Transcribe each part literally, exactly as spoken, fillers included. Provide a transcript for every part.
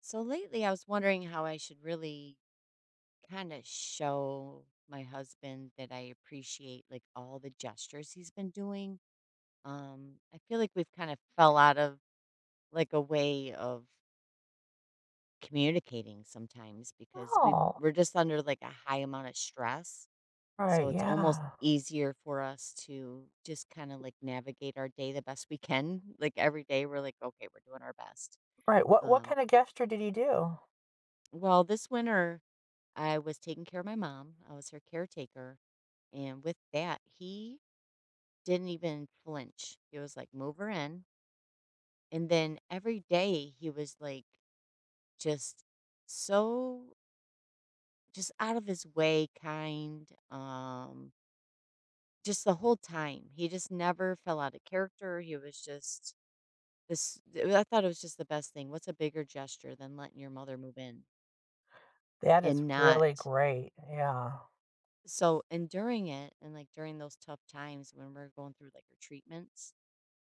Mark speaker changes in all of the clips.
Speaker 1: So lately, I was wondering how I should really kind of show my husband that I appreciate like all the gestures he's been doing. Um, I feel like we've kind of fell out of like a way of communicating sometimes because we
Speaker 2: Oh,
Speaker 1: we're just under like a high amount of stress.
Speaker 2: right,
Speaker 1: So it's almost
Speaker 2: yeah.
Speaker 1: easier for us to just kind of like navigate our day the best we can. Like every day, we're like, okay, we're doing our best.
Speaker 2: Right, what what
Speaker 1: Um,
Speaker 2: kinda gesture did he do?
Speaker 1: well, this winter I was taking care of my mom. I was her caretaker. And with that, he didn't even flinch. He was like, move her in. And then every day he was like, just so, just out of his way, kind. Um, just the whole time. He just never fell out of character. He was just this. I thought it was just the best thing. What's a bigger gesture than letting your mother move in
Speaker 2: That is
Speaker 1: and not.
Speaker 2: really great, yeah.
Speaker 1: So, and during it, and like during those tough times when we're going through like our treatments,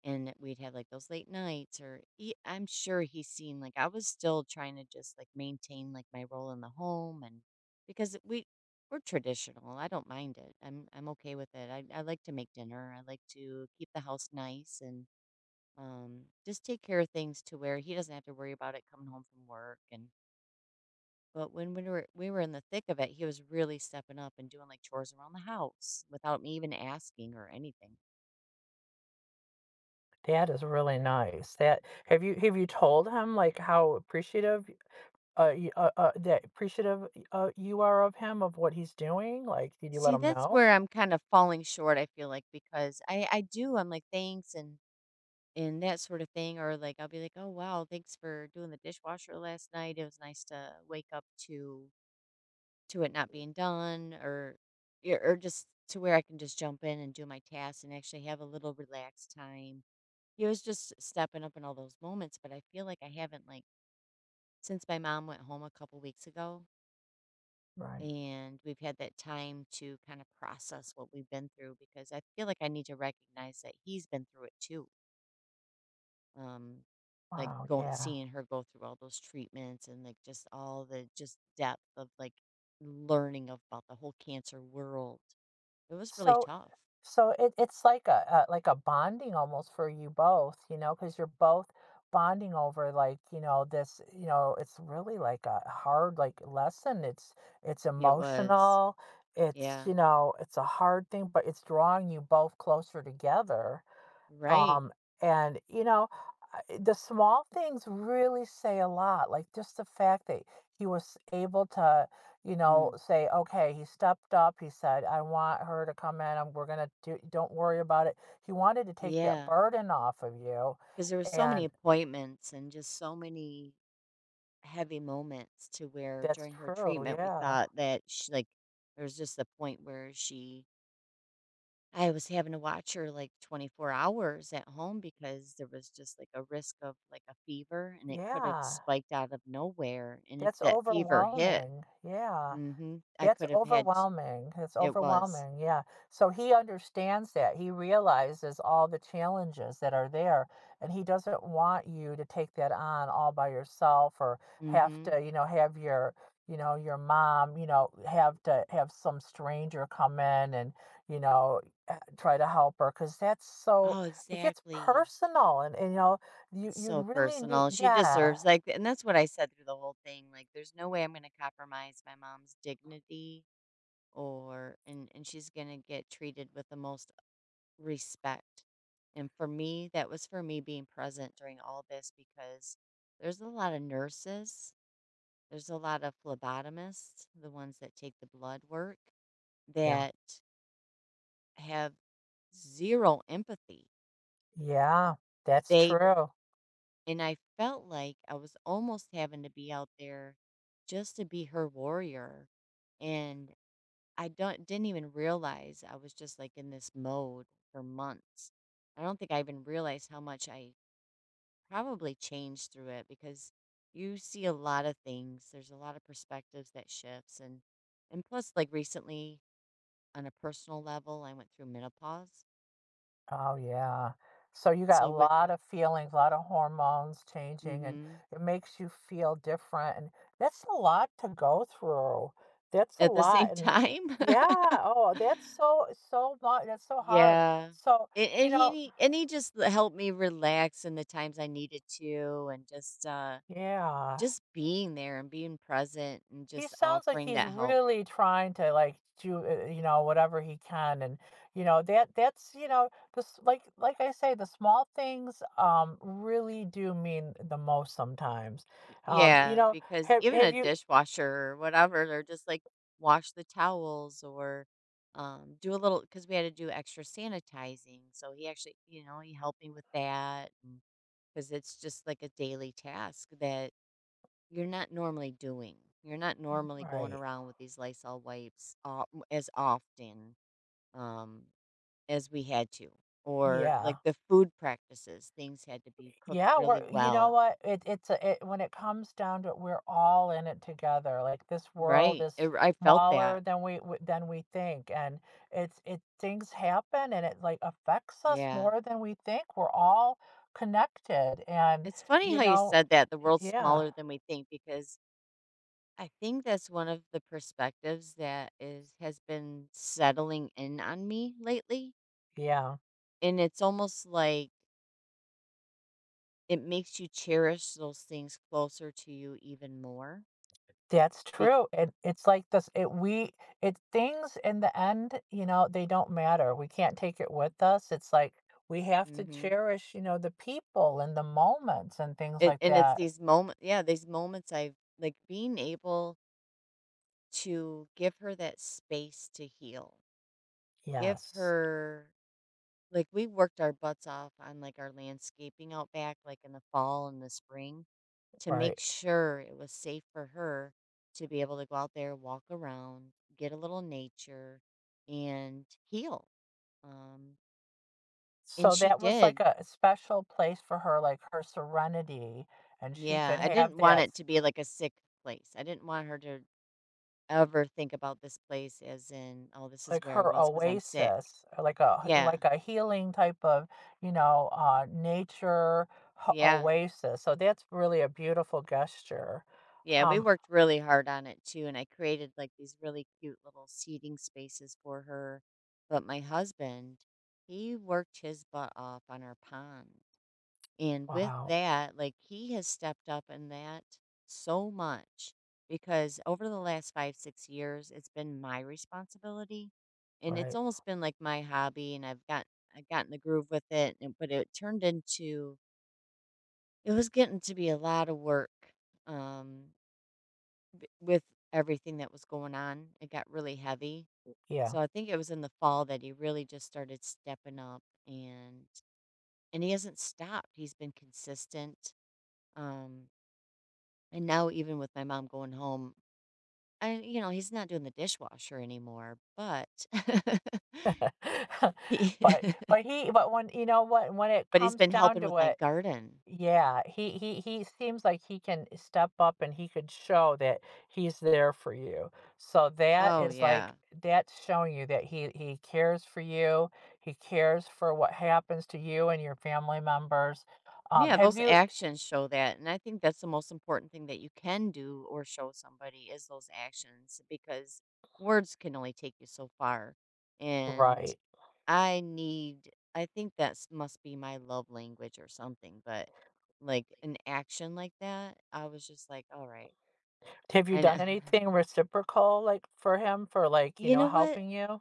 Speaker 1: and we'd have like those late nights, or he, I'm sure he's seen like I was still trying to just like maintain like my role in the home, and because we we're traditional, I don't mind it. I'm I'm okay with it. I I like to make dinner. I like to keep the house nice and um just take care of things to where he doesn't have to worry about it coming home from work. And but when we were we were in the thick of it, he was really stepping up and doing, like, chores around the house without me even asking or anything.
Speaker 2: That is really nice. That have you have you told him, like, how appreciative, uh, you uh uh, that appreciative, uh, you are of him, of what he's doing? Like, did you let
Speaker 1: See,
Speaker 2: him
Speaker 1: that's
Speaker 2: know?
Speaker 1: where I'm kind of falling short, I feel like, because I I do, I'm like, "Thanks," and and that sort of thing, or, like, I'll be like, "Oh, wow, thanks for doing the dishwasher last night. It was nice to wake up to to it not being done," or yeah, or just to where I can just jump in and do my tasks and actually have a little relaxed time. He was just stepping up in all those moments, but I feel like I haven't, like, since my mom went home a couple weeks ago
Speaker 2: Right.
Speaker 1: and we've had that time to kind of process what we've been through because I feel like I need to recognize that he's been through it too. Um like
Speaker 2: Wow,
Speaker 1: going,
Speaker 2: yeah.
Speaker 1: seeing her go through all those treatments and like just all the just depth of like learning about the whole cancer world. It was really
Speaker 2: So
Speaker 1: tough.
Speaker 2: So it it's like a, a like a bonding almost for you both, you know, because you're both bonding over, like, you know, this, you know, it's really like a hard like lesson. It's it's
Speaker 1: It was.
Speaker 2: emotional. It's,
Speaker 1: Yeah.
Speaker 2: you know, it's a hard thing, but it's drawing you both closer together.
Speaker 1: Right.
Speaker 2: um, and, you know, I- eh, the small things really say a lot. Like just the fact that he was able to, you know,
Speaker 1: Mm.
Speaker 2: say, okay, he stepped up. He said, I want her to come in. And we're gonna do. Don't worry about it. He wanted to take that
Speaker 1: Yeah.
Speaker 2: burden off of you,
Speaker 1: Because there were so many
Speaker 2: and
Speaker 1: appointments and just so many heavy moments to where
Speaker 2: that's
Speaker 1: during her
Speaker 2: true.
Speaker 1: treatment we
Speaker 2: Yeah,
Speaker 1: thought that she, like, there was just the point where she, I was having to watch her like twenty-four hours at home because there was just like a risk of like a fever and it could have
Speaker 2: yeah.
Speaker 1: spiked out of nowhere, and if
Speaker 2: That's
Speaker 1: that fever hit,
Speaker 2: overwhelming. Yeah.
Speaker 1: mhm, I
Speaker 2: That's
Speaker 1: could have had t-
Speaker 2: overwhelming, That's
Speaker 1: it was.
Speaker 2: overwhelming, yeah. So he understands that, he realizes all the challenges that are there, and he doesn't want you to take that on all by yourself or have
Speaker 1: Mhm.
Speaker 2: to, you know, have your, you know, your mom, you know, have to have some stranger come in and, you know, eh, try to help her, because that's so
Speaker 1: Oh,
Speaker 2: it gets
Speaker 1: exactly,
Speaker 2: personal, and, and you know, you
Speaker 1: it's
Speaker 2: you
Speaker 1: so
Speaker 2: really need,
Speaker 1: personal, she
Speaker 2: yeah,
Speaker 1: deserves like, and that's what I said through the whole thing, like there's no way I'm going to compromise my mom's dignity or, and and she's going to get treated with the most respect. And for me, that was for me being present during all this because there's a lot of nurses, there's a lot of phlebotomists, the ones that take the blood work,
Speaker 2: yeah,
Speaker 1: that have zero empathy.
Speaker 2: yeah, that's
Speaker 1: They,
Speaker 2: true.
Speaker 1: and I felt like I was almost having to be out there just to be her warrior. And I don't didn't even realize I was just like in this mode for months. I don't think I even realized how much I probably changed through it because you see a lot of things. There's a lot of perspectives that shifts. And and plus, like, recently, on a personal level, I went through menopause.
Speaker 2: Oh, yeah. So you got
Speaker 1: So
Speaker 2: a
Speaker 1: with,
Speaker 2: lot of feelings, a lot of hormones changing, and
Speaker 1: mhm,
Speaker 2: it makes you feel different. And that's a lot to go through. That's a
Speaker 1: at the
Speaker 2: lot.
Speaker 1: same
Speaker 2: And
Speaker 1: time.
Speaker 2: yeah, oh, that's so, so much. That's so hard.
Speaker 1: Yeah.
Speaker 2: So,
Speaker 1: And,
Speaker 2: you
Speaker 1: and
Speaker 2: know,
Speaker 1: he, and he just l- helped me relax in the times I needed to, and just uh
Speaker 2: yeah.
Speaker 1: just being there and being present and
Speaker 2: He
Speaker 1: just
Speaker 2: sounds like
Speaker 1: offering
Speaker 2: he's
Speaker 1: that help.
Speaker 2: really trying to, like, do uh, you know, whatever he can. And, you know, that that's, you know, this, like like I say, the small things um really do mean the most sometimes. Um you
Speaker 1: Yeah,
Speaker 2: know,
Speaker 1: because
Speaker 2: have
Speaker 1: even
Speaker 2: have
Speaker 1: a
Speaker 2: you
Speaker 1: dishwasher or whatever, they're just like, wash the towels or, um, do a little, because we had to do extra sanitizing. So he actually, you know, he helped me with that because it's just like a daily task that you're not normally doing. You're not normally going
Speaker 2: right.
Speaker 1: around with these Lysol wipes uh, as often. Um, as we had to, or like
Speaker 2: Yeah.
Speaker 1: the food practices, things had to be cooked
Speaker 2: Yeah, we're,
Speaker 1: really
Speaker 2: you know
Speaker 1: well.
Speaker 2: what? It it's a, it when it comes down to it, we're all in it together. Like this world
Speaker 1: Right.
Speaker 2: is
Speaker 1: It, I felt
Speaker 2: smaller
Speaker 1: that.
Speaker 2: than we w- than we think, and it's it things happen, and it, like, affects us
Speaker 1: Yeah.
Speaker 2: more than we think. We're all connected, and,
Speaker 1: It's funny
Speaker 2: you
Speaker 1: how you
Speaker 2: know,
Speaker 1: said that the world's
Speaker 2: yeah,
Speaker 1: smaller than we think, because I think that's one of the perspectives that is has been settling in on me lately,
Speaker 2: yeah.
Speaker 1: and it's almost like it makes you cherish those things closer to you even more.
Speaker 2: That's
Speaker 1: Be-
Speaker 2: true. And it's like this it we it things in the end, you know, they don't matter. We can't take it with us. It's like, we have to
Speaker 1: mhm.
Speaker 2: cherish, you know, the people and the moments and things
Speaker 1: And,
Speaker 2: like
Speaker 1: and it's
Speaker 2: that.
Speaker 1: these moments, yeah, these moments I've like being able to give her that space to heal. Give
Speaker 2: Yes,
Speaker 1: her, like, we worked our butts off on like our landscaping out back, like in the fall and the spring, to
Speaker 2: right.
Speaker 1: make sure it was safe for her to be able to go out there, walk around, get a little nature and heal. Um and
Speaker 2: So
Speaker 1: she
Speaker 2: that was like
Speaker 1: did.
Speaker 2: a special place for her, like her serenity, and she
Speaker 1: Yeah,
Speaker 2: could
Speaker 1: I
Speaker 2: have
Speaker 1: didn't want
Speaker 2: that
Speaker 1: it
Speaker 2: s
Speaker 1: to be like a sick place. I didn't want her to ever think about this place as in, oh, this is
Speaker 2: like
Speaker 1: where I
Speaker 2: her
Speaker 1: was because I'm sick.
Speaker 2: oasis, or like a h
Speaker 1: Yeah.
Speaker 2: like a healing type of, you know, uh, nature h
Speaker 1: Yeah.
Speaker 2: oasis. So that's really a beautiful gesture.
Speaker 1: Yeah, we
Speaker 2: Um,
Speaker 1: worked really hard on it too, and I created like these really cute little seating spaces for her. But my husband, he worked his butt off on our pond. And with
Speaker 2: wow,
Speaker 1: that, like, he has stepped up in that so much, because over the last five, six years, it's been my responsibility. And it's
Speaker 2: right,
Speaker 1: almost been like my hobby, and I've got I've gotten the groove with it, and- but it turned into, it was getting to be a lot of work. Um, b- with everything that was going on, it got really heavy.
Speaker 2: yeah.
Speaker 1: So I think it was in the fall that he really just started stepping up, and and he hasn't stopped. He's been consistent. Um and now, even with my mom going home, I you know, he's not doing the dishwasher anymore, but he
Speaker 2: But but he but when you know what, when it
Speaker 1: but he's
Speaker 2: comes
Speaker 1: been
Speaker 2: down
Speaker 1: helping with
Speaker 2: to
Speaker 1: my
Speaker 2: it,
Speaker 1: garden.
Speaker 2: yeah, he he he seems like he can step up and he could show that he's there for you. So that
Speaker 1: Oh
Speaker 2: is like
Speaker 1: yeah.
Speaker 2: that's showing you that he he cares for you. He cares for what happens to you and your family members. Um,
Speaker 1: Yeah,
Speaker 2: have
Speaker 1: those
Speaker 2: you
Speaker 1: actions show that. And I think that's the most important thing that you can do or show somebody is those actions, because words can only take you so far. And
Speaker 2: right.
Speaker 1: I need, I think that must be my love language or something, but like an action like that, I was just like, all right.
Speaker 2: Have you done
Speaker 1: And
Speaker 2: anything reciprocal like for him, for like, you
Speaker 1: you
Speaker 2: know,
Speaker 1: know what?
Speaker 2: helping you?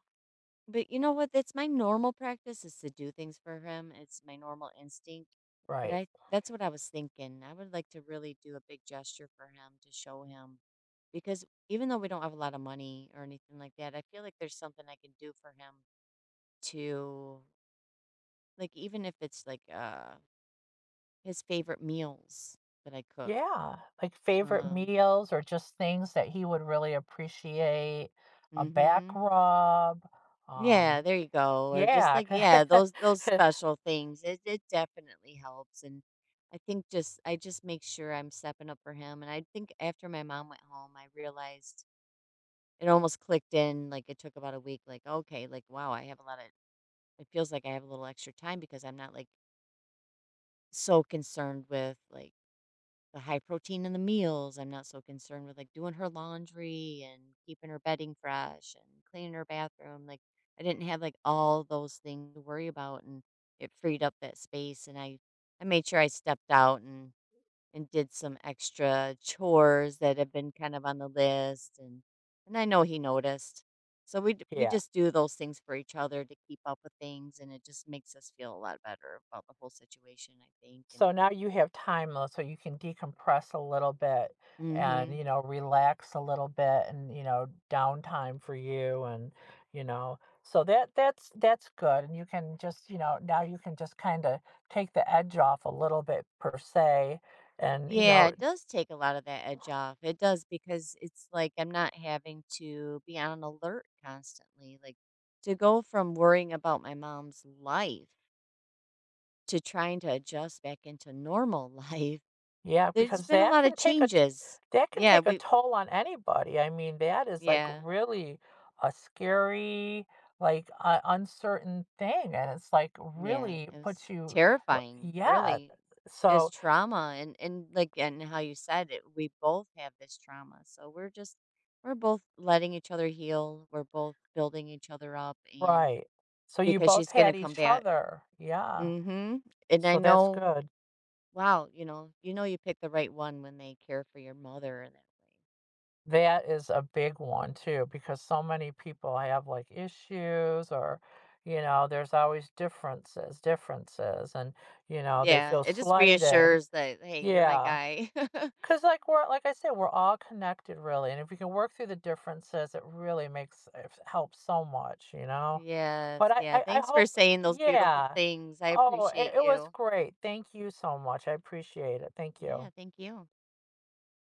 Speaker 1: But you know what? That's my normal practice, is to do things for him. It's my normal instinct. But
Speaker 2: Right.
Speaker 1: I that's what I was thinking. I would like to really do a big gesture for him to show him, because even though we don't have a lot of money or anything like that, I feel like there's something I can do for him to, like, even if it's like uh his favorite meals that I cook.
Speaker 2: Yeah, like favorite
Speaker 1: Um
Speaker 2: meals or just things that he would really appreciate, a back
Speaker 1: mhm
Speaker 2: rub,
Speaker 1: Yeah,
Speaker 2: um,
Speaker 1: there you go. Or just
Speaker 2: yeah.
Speaker 1: like, yeah, those those special things. It it definitely helps. And I think just, I just make sure I'm stepping up for him. And I think after my mom went home, I realized it almost clicked in. Like, it took about a week. Like, okay, like wow, I have a lot of. It feels like I have a little extra time because I'm not, like, so concerned with like the high protein in the meals. I'm not so concerned with like doing her laundry and keeping her bedding fresh and cleaning her bathroom. Like, I didn't have like all those things to worry about, and it freed up that space, and I I made sure I stepped out, and and did some extra chores that had been kind of on the list, and and I know he noticed. So we d- we
Speaker 2: Yeah,
Speaker 1: just do those things for each other to keep up with things, and it just makes us feel a lot better about the whole situation, I think. And
Speaker 2: so now you have time l so you can decompress a little bit and,
Speaker 1: mhm
Speaker 2: you know, relax a little bit, and, you know, downtime for you, and, you know, so that that's that's good, and you can just, you know, now you can just kinda take the edge off a little bit per se, and, you
Speaker 1: Yeah,
Speaker 2: know,
Speaker 1: it does take a lot of that edge off. It does, because it's like I'm not having to be on alert constantly. Like, to go from worrying about my mom's life to trying to adjust back into normal life.
Speaker 2: yeah,
Speaker 1: There's
Speaker 2: because
Speaker 1: been a
Speaker 2: that
Speaker 1: lot of
Speaker 2: can take a t
Speaker 1: changes.
Speaker 2: that can
Speaker 1: Yeah,
Speaker 2: take a
Speaker 1: we
Speaker 2: toll on anybody. I mean, that is, like,
Speaker 1: yeah,
Speaker 2: really a scary, like, uh, uncertain thing, and it's, like,
Speaker 1: yeah.
Speaker 2: really
Speaker 1: It
Speaker 2: puts
Speaker 1: was
Speaker 2: you l
Speaker 1: terrifying,
Speaker 2: yeah,
Speaker 1: really. It's
Speaker 2: so
Speaker 1: trauma, and and like, and how you said it, we both have this trauma. So we're just we're both letting each other heal. We're both building each other up. And
Speaker 2: right. So you
Speaker 1: because
Speaker 2: both
Speaker 1: she's gonna
Speaker 2: had
Speaker 1: come
Speaker 2: each
Speaker 1: back.
Speaker 2: other. Yeah.
Speaker 1: Mhm, and I
Speaker 2: So that's
Speaker 1: know,
Speaker 2: good.
Speaker 1: wow, you know, you know you pick the right one when they care for your mother in that way.
Speaker 2: That is a big one too, because so many people have, like, issues or, you know, there's always differences differences, and, you know, they
Speaker 1: Yeah,
Speaker 2: feel
Speaker 1: it just
Speaker 2: slighted.
Speaker 1: reassures that, "Hey, you're my
Speaker 2: Yeah, cause
Speaker 1: guy."
Speaker 2: like we're like I said, we're all connected really, and if you can work through the differences, it really makes it helps so much, you know? But
Speaker 1: Yes,
Speaker 2: I
Speaker 1: yeah,
Speaker 2: I I
Speaker 1: thanks for
Speaker 2: hope,
Speaker 1: saying those beautiful
Speaker 2: yeah.
Speaker 1: things, I
Speaker 2: Oh, it
Speaker 1: appreciate
Speaker 2: it was
Speaker 1: you.
Speaker 2: great. Thank you so much. I appreciate it. Thank
Speaker 1: Yeah,
Speaker 2: you.
Speaker 1: thank you.